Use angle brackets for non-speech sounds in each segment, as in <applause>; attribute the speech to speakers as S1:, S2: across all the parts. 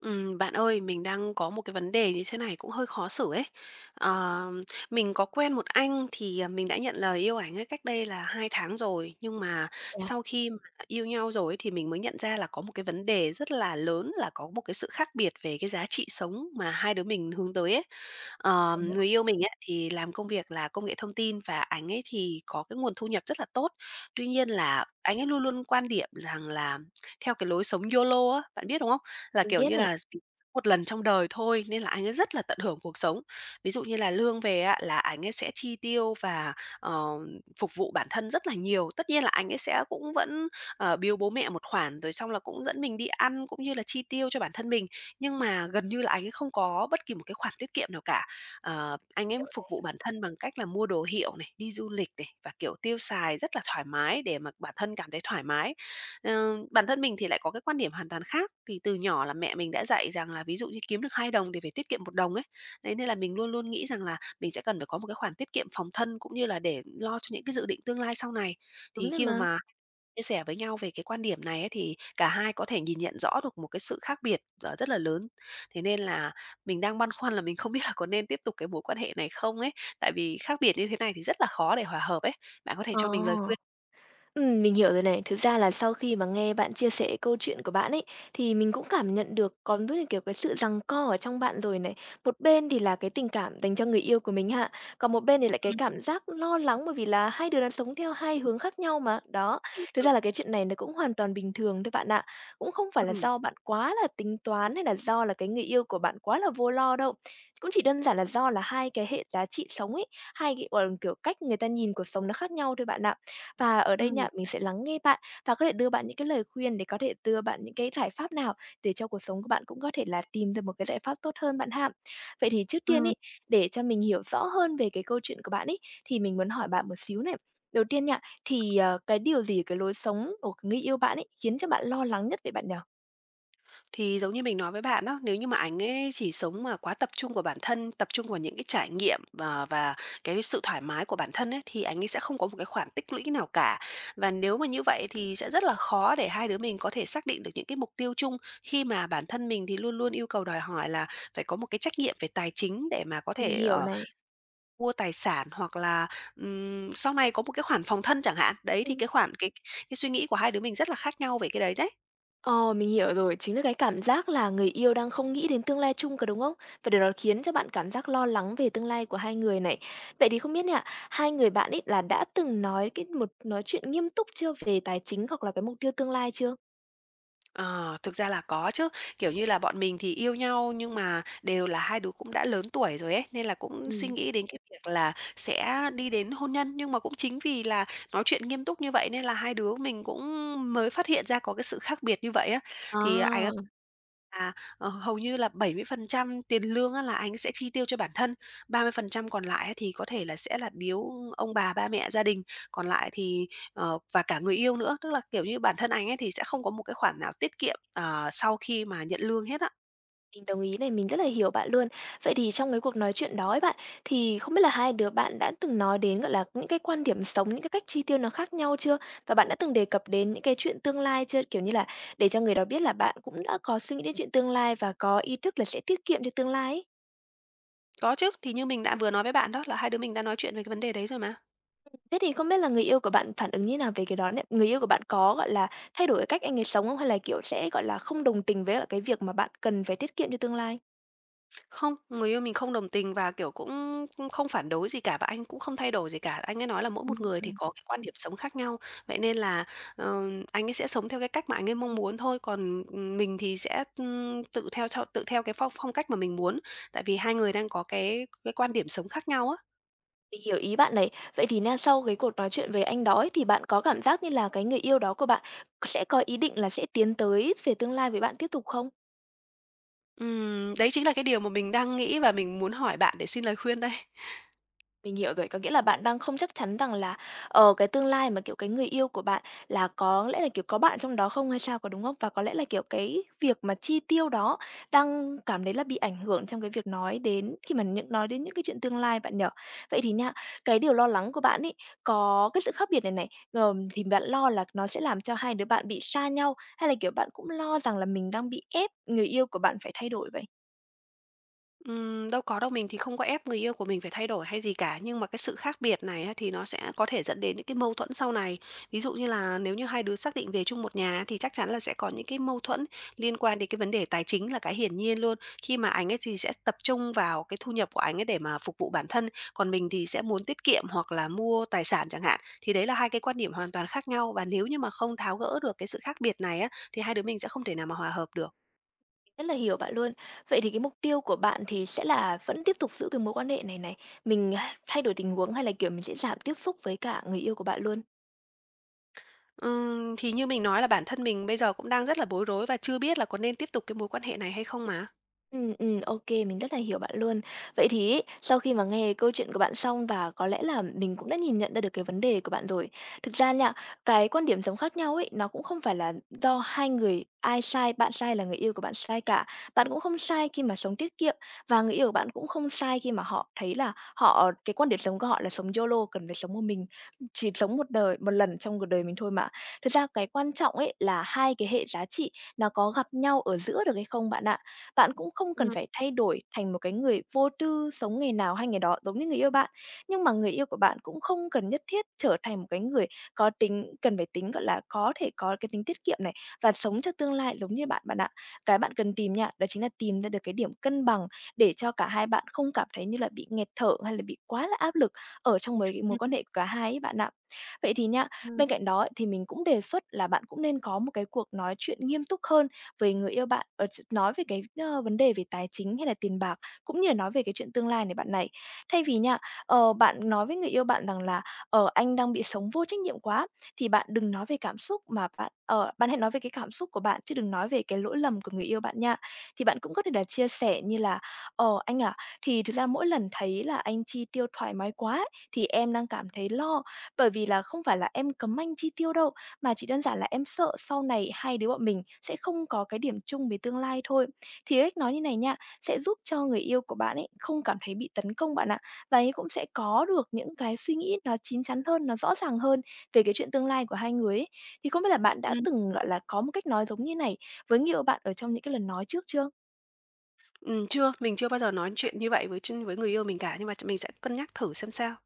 S1: Bạn ơi, mình đang có một cái vấn đề như thế này cũng hơi khó xử ấy. Ờ, mình có quen một anh thì, mình đã nhận lời yêu ảnh ấy cách đây là 2 tháng rồi, nhưng mà
S2: Dạ,
S1: sau khi mà yêu nhau rồi ấy thì mình mới nhận ra là có một cái vấn đề rất là lớn là có một cái sự khác biệt về cái giá trị sống mà hai đứa mình hướng tới ấy.
S2: mình hiểu.
S1: Người yêu mình ấy thì làm công việc là công nghệ thông tin và anh ấy thì có cái nguồn thu nhập rất là tốt. Tuy nhiên là anh ấy luôn luôn quan điểm rằng là theo cái lối sống YOLO á, bạn biết đúng không? Là,
S2: Mình
S1: kiểu
S2: biết
S1: như
S2: này,
S1: là, một lần trong đời thôi, nên là anh ấy rất là tận hưởng cuộc sống. Ví dụ như là lương về á, là anh ấy sẽ chi tiêu và, ờ, phục vụ bản thân rất là nhiều. Tất nhiên là anh ấy sẽ cũng vẫn, bill bố mẹ một khoản, rồi xong là cũng dẫn mình đi ăn cũng như là chi tiêu cho bản thân mình, nhưng mà gần như là anh ấy không có bất kỳ một cái khoản tiết kiệm nào cả. Anh em phục vụ bản thân bằng cách là mua đồ hiệu này, đi du lịch này, và, kiểu, tiêu xài rất là thoải mái để mà bản thân cảm thấy thoải mái. Bản thân mình thì lại có cái quan điểm hoàn toàn khác, thì từ nhỏ là mẹ mình đã dạy rằng là ví dụ như kiếm được 2 đồng thì phải tiết kiệm một đồng ấy. Đấy, nên là mình luôn luôn nghĩ rằng là mình sẽ cần phải có một cái khoản tiết kiệm phòng thân, cũng như là để lo cho những cái dự định tương lai sau này. Thì
S2: đúng rồi
S1: khi mà
S2: mà.
S1: chia sẻ với nhau về cái quan điểm này ấy, thì cả hai có thể nhìn nhận rõ được một cái sự khác biệt, rất là lớn. Thế nên là mình đang băn khoăn là mình không <laughs> biết là có nên tiếp tục cái mối quan hệ này không ấy, tại vì khác biệt như thế này thì rất là khó để hòa hợp ấy. Bạn có thể
S2: Ờ.
S1: cho mình lời khuyên?
S2: Mình hiểu rồi này. Thực ra là sau khi mà nghe bạn chia sẻ câu chuyện của bạn ấy, thì mình cũng cảm nhận được có rất là, kiểu, cái sự giằng co ở trong bạn rồi này. Một bên thì là cái tình cảm dành cho người yêu của mình hạ, còn một bên thì lại cái
S1: Ừm,
S2: cảm giác lo lắng bởi vì là hai đứa đang sống theo hai hướng khác nhau mà. Đó,
S1: đúng
S2: thực
S1: rồi.
S2: ra là cái chuyện này nó cũng hoàn toàn bình thường thôi bạn ạ. Cũng không phải là
S1: Ừm.
S2: do bạn quá là tính toán hay là do là cái người yêu của bạn quá là vô lo đâu. Cũng chỉ đơn giản là do là hai cái hệ giá trị sống ấy, hai cái, gọi là, kiểu, cách người ta nhìn cuộc sống nó khác nhau thôi bạn ạ. Và ở đây
S1: Ừm.
S2: nha, mình sẽ lắng nghe bạn và có thể đưa bạn những cái lời khuyên để có thể đưa bạn những cái giải pháp nào để cho cuộc sống của bạn cũng có thể là tìm được một cái giải pháp tốt hơn bạn ha. Vậy thì trước tiên
S1: Ừm.
S2: ý, để cho mình hiểu rõ hơn về cái câu chuyện của bạn ý thì mình muốn hỏi bạn một xíu này. Đầu tiên nha, thì, cái điều gì ở cái lối sống của người yêu bạn ấy khiến cho bạn lo lắng nhất về bạn nhỉ?
S1: Thì giống như mình nói với bạn đó nếu như mà ảnh ấy chỉ sống mà quá tập trung vào bản thân, tập trung vào những cái trải nghiệm và cái sự thoải mái của bản thân ấy, thì ảnh ấy sẽ không có một cái khoản tích lũy nào cả. Và nếu mà như vậy thì sẽ rất là khó để hai đứa mình có thể xác định được những cái mục tiêu chung, khi mà bản thân mình thì luôn luôn yêu cầu đòi hỏi là phải có một cái trách nhiệm về tài chính để mà có
S2: Mình
S1: thể,
S2: hiểu này.
S1: mua tài sản hoặc là, sau này có một cái khoản phòng thân chẳng hạn. Đấy, thì cái khoản cái suy nghĩ của hai đứa mình rất là khác nhau về cái đấy đấy.
S2: Ờ, mình hiểu rồi, chính là cái cảm giác là người yêu đang không nghĩ đến tương lai chung, cả đúng không? Và điều đó khiến cho bạn cảm giác lo lắng về tương lai của hai người này. Vậy thì không biết nha, hai người bạn ấy là đã từng nói cái một nói chuyện nghiêm túc chưa về tài chính hoặc là cái mục tiêu tương lai chưa?
S1: Ờ, Thực ra là có chứ, kiểu như là, bọn mình thì yêu nhau nhưng mà đều là hai đứa cũng đã lớn tuổi rồi ấy, nên là cũng suy
S2: Ừ.
S1: nghĩ đến cái việc là sẽ đi đến hôn nhân. Nhưng mà cũng chính vì là nói chuyện nghiêm túc như vậy nên là hai đứa mình cũng mới phát hiện ra có cái sự khác biệt như vậy á. Thì anh á
S2: À.
S1: là, hầu như là 70% tiền lương á là anh sẽ chi tiêu cho bản thân, 30% còn lại á thì có thể là sẽ là biếu ông bà, ba mẹ, gia đình. Còn lại thì. Và cả người yêu nữa, tức là, kiểu như, bản thân anh ấy thì sẽ không có một cái khoản nào tiết kiệm, sau khi mà nhận lương hết á.
S2: Mình đồng ý này, mình rất là hiểu bạn luôn. Vậy thì trong cái cuộc nói chuyện đó ấy bạn, thì không biết là hai đứa bạn đã từng nói đến, gọi là, những cái quan điểm sống, những cái cách chi tiêu nó khác nhau chưa? Và bạn đã từng đề cập đến những cái chuyện tương lai chưa? Kiểu như là, để cho người đó biết là bạn cũng đã có suy nghĩ đến chuyện tương lai và có ý thức là sẽ tiết kiệm cho tương lai ấy.
S1: Có chứ, thì như mình đã vừa nói với bạn đó là hai đứa mình đã nói chuyện về cái vấn đề đấy rồi mà.
S2: Thế thì không biết là người yêu của bạn phản ứng như nào về cái đó này? Người yêu của bạn có, gọi là, thay đổi cái cách anh ấy sống không? Hay là, kiểu, sẽ, gọi là, không đồng tình với lại cái việc mà bạn cần phải tiết kiệm cho tương lai?
S1: Không, người yêu mình không đồng tình và, kiểu, cũng cũng không phản đối gì cả và anh cũng không thay đổi gì cả. Anh ấy nói là mỗi một người thì
S2: Ừm.
S1: có cái quan điểm sống khác nhau, vậy nên là, ờ, anh ấy sẽ sống theo cái cách mà anh ấy mong muốn thôi, còn, mình thì sẽ, tự theo cái phong phong cách mà mình muốn. Tại vì hai người đang có cái quan điểm sống khác nhau á.
S2: Mình hiểu ý bạn này. Vậy thì na, sau cái cuộc nói chuyện với anh đó ấy, thì bạn có cảm giác như là cái người yêu đó của bạn sẽ có ý định là sẽ tiến tới về tương lai với bạn tiếp tục không?
S1: Đấy chính là cái điều mà mình đang nghĩ và mình muốn hỏi bạn để xin lời khuyên đây.
S2: Mình hiểu rồi, có nghĩa là bạn đang không chắc chắn rằng là, cái tương lai mà, kiểu, cái người yêu của bạn là có lẽ là, kiểu, có bạn trong đó không hay sao, có đúng không? Và có lẽ là, kiểu, cái việc mà chi tiêu đó đang cảm thấy là bị ảnh hưởng trong cái việc nói đến khi mà những nói đến những cái chuyện tương lai bạn nhỉ? Vậy thì nha, cái điều lo lắng của bạn ấy có cái sự khác biệt này này, thì bạn lo là nó sẽ làm cho hai đứa bạn bị xa nhau, hay là, kiểu, bạn cũng lo rằng là mình đang bị ép người yêu của bạn phải thay đổi vậy?
S1: Đâu có đâu, mình thì không có ép người yêu của mình phải thay đổi hay gì cả, nhưng mà cái sự khác biệt này á, thì nó sẽ có thể dẫn đến những cái mâu thuẫn sau này. Ví dụ như là nếu như hai đứa xác định về chung một nhà á, thì chắc chắn là sẽ có những cái mâu thuẫn liên quan đến cái vấn đề tài chính là cái hiển nhiên luôn. Khi mà anh ấy thì sẽ tập trung vào cái thu nhập của anh ấy để mà phục vụ bản thân, còn mình thì sẽ muốn tiết kiệm hoặc là mua tài sản chẳng hạn. Thì đấy là hai cái quan điểm hoàn toàn khác nhau và nếu như mà không tháo gỡ được cái sự khác biệt này á, thì hai đứa mình sẽ không thể nào mà hòa hợp được.
S2: Rất là hiểu bạn luôn. Vậy thì cái mục tiêu của bạn thì sẽ là vẫn tiếp tục giữ cái mối quan hệ này này, mình thay đổi tình huống, hay là, kiểu, mình sẽ giảm tiếp xúc với cả người yêu của bạn luôn?
S1: Thì như mình nói là bản thân mình bây giờ cũng đang rất là bối rối và chưa biết là có nên tiếp tục cái mối quan hệ này hay không mà.
S2: Ừ, ừ, ok, mình rất là hiểu bạn luôn. Vậy thì ấy, sau khi mà nghe câu chuyện của bạn xong và có lẽ là mình cũng đã nhìn nhận ra được cái vấn đề của bạn rồi. Thực ra nha, cái quan điểm sống khác nhau ấy, nó cũng không phải là do hai người ai sai, bạn sai là người yêu của bạn sai cả. Bạn cũng không sai khi mà sống tiết kiệm, và người yêu của bạn cũng không sai khi mà họ thấy là họ cái quan điểm sống của họ là sống YOLO, cần phải sống một mình, chỉ sống một đời một lần trong cuộc đời mình thôi mà. Thực ra cái quan trọng ấy là hai cái hệ giá trị nó có gặp nhau ở giữa được hay không bạn ạ. Bạn cũng không
S1: Ừm.
S2: cần phải thay đổi thành một cái người vô tư, sống ngày nào hay ngày đó giống như người yêu bạn. Nhưng mà người yêu của bạn cũng không cần nhất thiết trở thành một cái người có tính cần phải tính, gọi là, có thể có cái tính tiết kiệm này và sống cho tương lai giống như bạn bạn ạ. Cái bạn cần tìm nha, đó chính là tìm ra được cái điểm cân bằng để cho cả hai bạn không cảm thấy như là bị nghẹt thở hay là bị quá là áp lực ở trong mối mối
S1: Ừm.
S2: quan hệ của cả hai ấy bạn ạ. Vậy thì nha,
S1: Ừm.
S2: bên cạnh đó ấy thì mình cũng đề xuất là bạn cũng nên có một cái cuộc nói chuyện nghiêm túc hơn với người yêu bạn, ờ, ch nói về cái, vấn đề về tài chính hay là tiền bạc, cũng như là nói về cái chuyện tương lai này bạn này. Thay vì nha, bạn nói với người yêu bạn rằng là "Ờ, anh đang bị sống vô trách nhiệm quá", thì bạn đừng nói về cảm xúc mà bạn hãy nói về cái cảm xúc của bạn chứ đừng nói về cái lỗi lầm của người yêu bạn nha. Thì bạn cũng có thể là chia sẻ như là "Ờ, anh à, thì thực ra mỗi lần thấy là anh chi tiêu thoải mái quá ấy, thì em đang cảm thấy lo, bởi vì là không phải là em cấm anh chi tiêu đâu, mà chỉ đơn giản là em sợ sau này hai đứa bọn mình sẽ không có cái điểm chung về tương lai thôi." Thì cái cách nói như này nha, sẽ giúp cho người yêu của bạn ấy không cảm thấy bị tấn công bạn ạ. Và ấy cũng sẽ có được những cái suy nghĩ nó chín chắn hơn, nó rõ ràng hơn về cái chuyện tương lai của hai người ấy. Thì không biết là bạn đã
S1: Ừm.
S2: từng, gọi là, có một cách nói giống như này với người yêu bạn ở trong những cái lần nói trước chưa?
S1: Ừm, chưa, mình chưa bao giờ nói chuyện như vậy với người yêu mình cả, nhưng mà mình sẽ cân nhắc thử xem sao.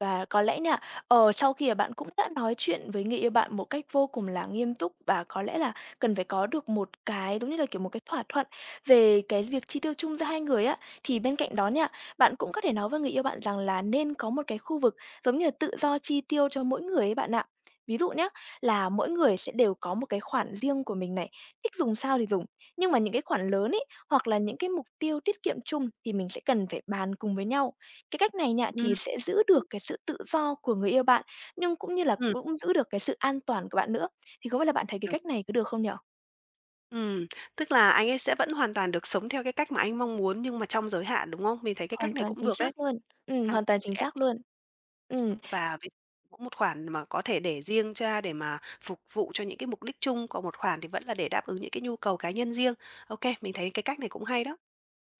S2: Và có lẽ nha, sau khi mà bạn cũng đã nói chuyện với người yêu bạn một cách vô cùng là nghiêm túc và có lẽ là cần phải có được một cái, giống như là, kiểu, một cái thỏa thuận về cái việc chi tiêu chung giữa hai người á, thì bên cạnh đó nha, bạn cũng có thể nói với người yêu bạn rằng là nên có một cái khu vực giống như là tự do chi tiêu cho mỗi người ấy bạn ạ. Ví dụ nhé, là mỗi người sẽ đều có một cái khoản riêng của mình này, thích dùng sao thì dùng. Nhưng mà những cái khoản lớn ấy, hoặc là những cái mục tiêu tiết kiệm chung thì mình sẽ cần phải bàn cùng với nhau. Cái cách này nha,
S1: Ừm.
S2: thì sẽ giữ được cái sự tự do của người yêu bạn, nhưng cũng như là
S1: Ừm.
S2: cũng giữ được cái sự an toàn của bạn nữa. Thì không biết là bạn thấy cái
S1: Đồng
S2: cách
S1: ý.
S2: này có được không nhỉ?
S1: ừm, Tức là anh ấy sẽ vẫn hoàn toàn được sống theo cái cách mà anh mong muốn nhưng mà trong giới hạn, đúng không? Mình thấy cái cách
S2: Hoàn
S1: này
S2: toàn
S1: cũng
S2: chính
S1: được đấy.
S2: xác luôn. Ừm,
S1: À,
S2: hoàn toàn chính
S1: sẽ
S2: xác luôn. Ừm.
S1: và ví cũng một khoản mà có thể để riêng ra để mà phục vụ cho những cái mục đích chung, còn một khoản thì vẫn là để đáp ứng những cái nhu cầu cá nhân riêng. OK, mình thấy cái cách này cũng hay đó.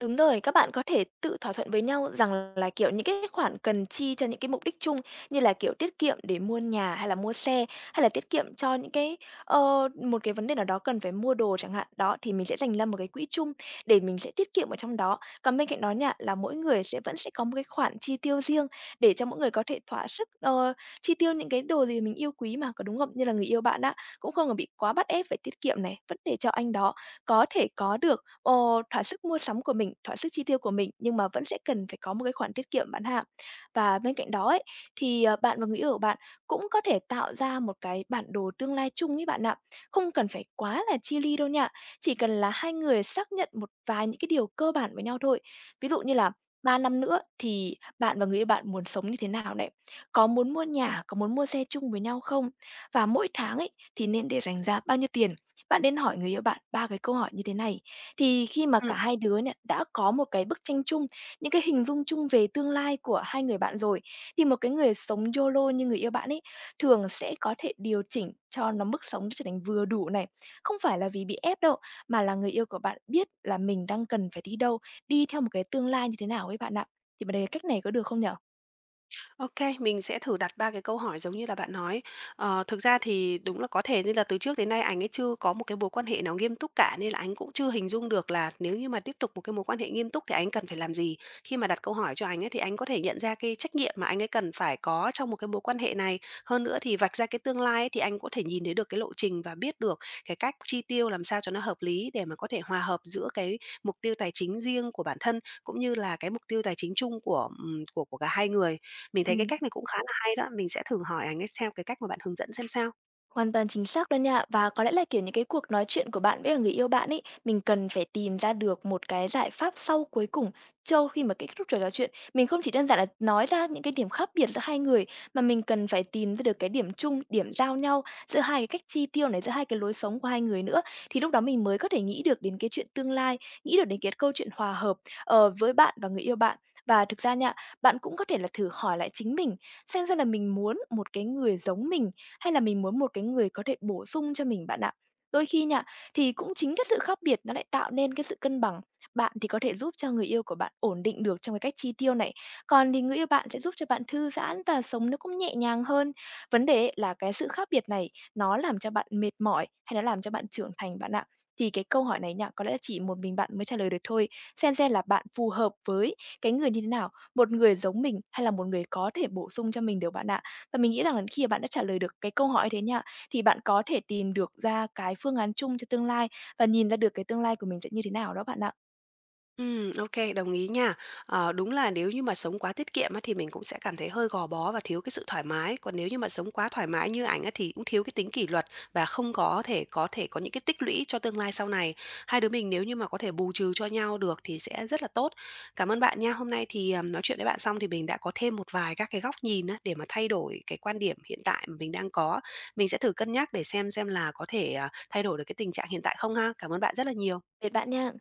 S2: Đúng rồi, các bạn có thể tự thỏa thuận với nhau rằng là, kiểu, những cái khoản cần chi cho những cái mục đích chung như là, kiểu, tiết kiệm để mua nhà hay là mua xe, hay là tiết kiệm cho những cái, một cái vấn đề nào đó cần phải mua đồ chẳng hạn. Đó, thì mình sẽ dành ra một cái quỹ chung để mình sẽ tiết kiệm ở trong đó. Còn bên cạnh đó nha, là mỗi người vẫn sẽ có một cái khoản chi tiêu riêng để cho mỗi người có thể thỏa sức, chi tiêu những cái đồ gì mình yêu quý mà, có đúng không? Như là người yêu bạn á, cũng không còn bị quá bắt ép phải tiết kiệm này, vẫn để cho anh đó có thể có được Ờ, thỏa sức mua sắm của mình, thỏa sức chi tiêu của mình, nhưng mà vẫn sẽ cần phải có một cái khoản tiết kiệm bạn hạ. Và bên cạnh đó ấy, thì, bạn và người yêu của bạn cũng có thể tạo ra một cái bản đồ tương lai chung với bạn ạ. Không cần phải quá là chi ly đâu nha, chỉ cần là hai người xác nhận một vài những cái điều cơ bản với nhau thôi. Ví dụ như là 3 năm nữa thì bạn và người yêu bạn muốn sống như thế nào này? Có muốn mua nhà, có muốn mua xe chung với nhau không? Và mỗi tháng ấy, thì nên để dành ra bao nhiêu tiền, bạn nên hỏi người yêu bạn 3 cái câu hỏi như thế này, thì khi mà
S1: Ừ.
S2: cả hai đứa này đã có một cái bức tranh chung, những cái hình dung chung về tương lai của hai người bạn rồi, thì một cái người sống YOLO như người yêu bạn ấy thường sẽ có thể điều chỉnh cho nó mức sống trở thành vừa đủ này. Không phải là vì bị ép đâu, mà là người yêu của bạn biết là mình đang cần phải đi đâu, đi theo một cái tương lai như thế nào ấy bạn ạ. Thì bạn thấy cách này có được không nhở?
S1: OK, mình sẽ thử đặt 3 cái câu hỏi giống như là bạn nói. Ờ, thực ra thì đúng là có thể như là từ trước đến nay anh ấy chưa có một cái mối quan hệ nào nghiêm túc cả, nên là anh cũng chưa hình dung được là nếu như mà tiếp tục một cái mối quan hệ nghiêm túc thì anh cần phải làm gì. Khi mà đặt câu hỏi cho anh ấy thì anh có thể nhận ra cái trách nhiệm mà anh ấy cần phải có trong một cái mối quan hệ này. Hơn nữa thì vạch ra cái tương lai ấy, thì anh có thể nhìn thấy được cái lộ trình và biết được cái cách chi tiêu làm sao cho nó hợp lý để mà có thể hòa hợp giữa cái mục tiêu tài chính riêng của bản thân, cũng như là cái mục tiêu tài chính chung của cả hai người. Mình thấy cái cách này cũng khá là hay đó, mình sẽ thử hỏi ảnh ấy theo cái cách mà bạn hướng dẫn xem sao.
S2: Hoàn toàn chính xác luôn nha. Và có lẽ là, kiểu, những cái cuộc nói chuyện của bạn với cả người yêu bạn ấy, mình cần phải tìm ra được một cái giải pháp sau cuối cùng cho khi mà kết thúc trò nói chuyện. Mình không chỉ đơn giản là nói ra những cái điểm khác biệt giữa hai người, mà mình cần phải tìm ra được cái điểm chung, điểm giao nhau giữa hai cái cách chi tiêu này, giữa hai cái lối sống của hai người nữa. Thì lúc đó mình mới có thể nghĩ được đến cái chuyện tương lai, nghĩ được đến cái câu chuyện hòa hợp, với bạn và người yêu bạn. Và thực ra nha, bạn cũng có thể là thử hỏi lại chính mình, xem ra là mình muốn một cái người giống mình hay là mình muốn một cái người có thể bổ sung cho mình bạn ạ. Đôi khi nha, thì cũng chính cái sự khác biệt nó lại tạo nên cái sự cân bằng. Bạn thì có thể giúp cho người yêu của bạn ổn định được trong cái cách chi tiêu này, còn thì người yêu bạn sẽ giúp cho bạn thư giãn và sống nó cũng nhẹ nhàng hơn. Vấn đề ấy là cái sự khác biệt này nó làm cho bạn mệt mỏi hay nó làm cho bạn trưởng thành bạn ạ? Thì cái câu hỏi này nha, có lẽ chỉ một mình bạn mới trả lời được thôi. Xem là bạn phù hợp với cái người như thế nào, một người giống mình hay là một người có thể bổ sung cho mình được bạn ạ? Và mình nghĩ rằng là khi mà bạn đã trả lời được cái câu hỏi như thế nha, thì bạn có thể tìm được ra cái phương án chung cho tương lai và nhìn ra được cái tương lai của mình sẽ như thế nào đó bạn ạ.
S1: OK đồng ý nha. Ờ, đúng là nếu như mà sống quá tiết kiệm á, thì mình cũng sẽ cảm thấy hơi gò bó và thiếu cái sự thoải mái. Còn nếu như mà sống quá thoải mái như ảnh á, thì cũng thiếu cái tính kỷ luật và không có thể có những cái tích lũy cho tương lai sau này. Hai đứa mình nếu như mà có thể bù trừ cho nhau được thì sẽ rất là tốt. Cảm ơn bạn nha. Hôm nay thì, nói chuyện với bạn xong thì mình đã có thêm một vài các cái góc nhìn á, để mà thay đổi cái quan điểm hiện tại mà mình đang có. Mình sẽ thử cân nhắc để xem là có thể, à, thay đổi được cái tình trạng hiện tại không ha. Cảm ơn bạn rất là nhiều.
S2: Biệt bạn nha.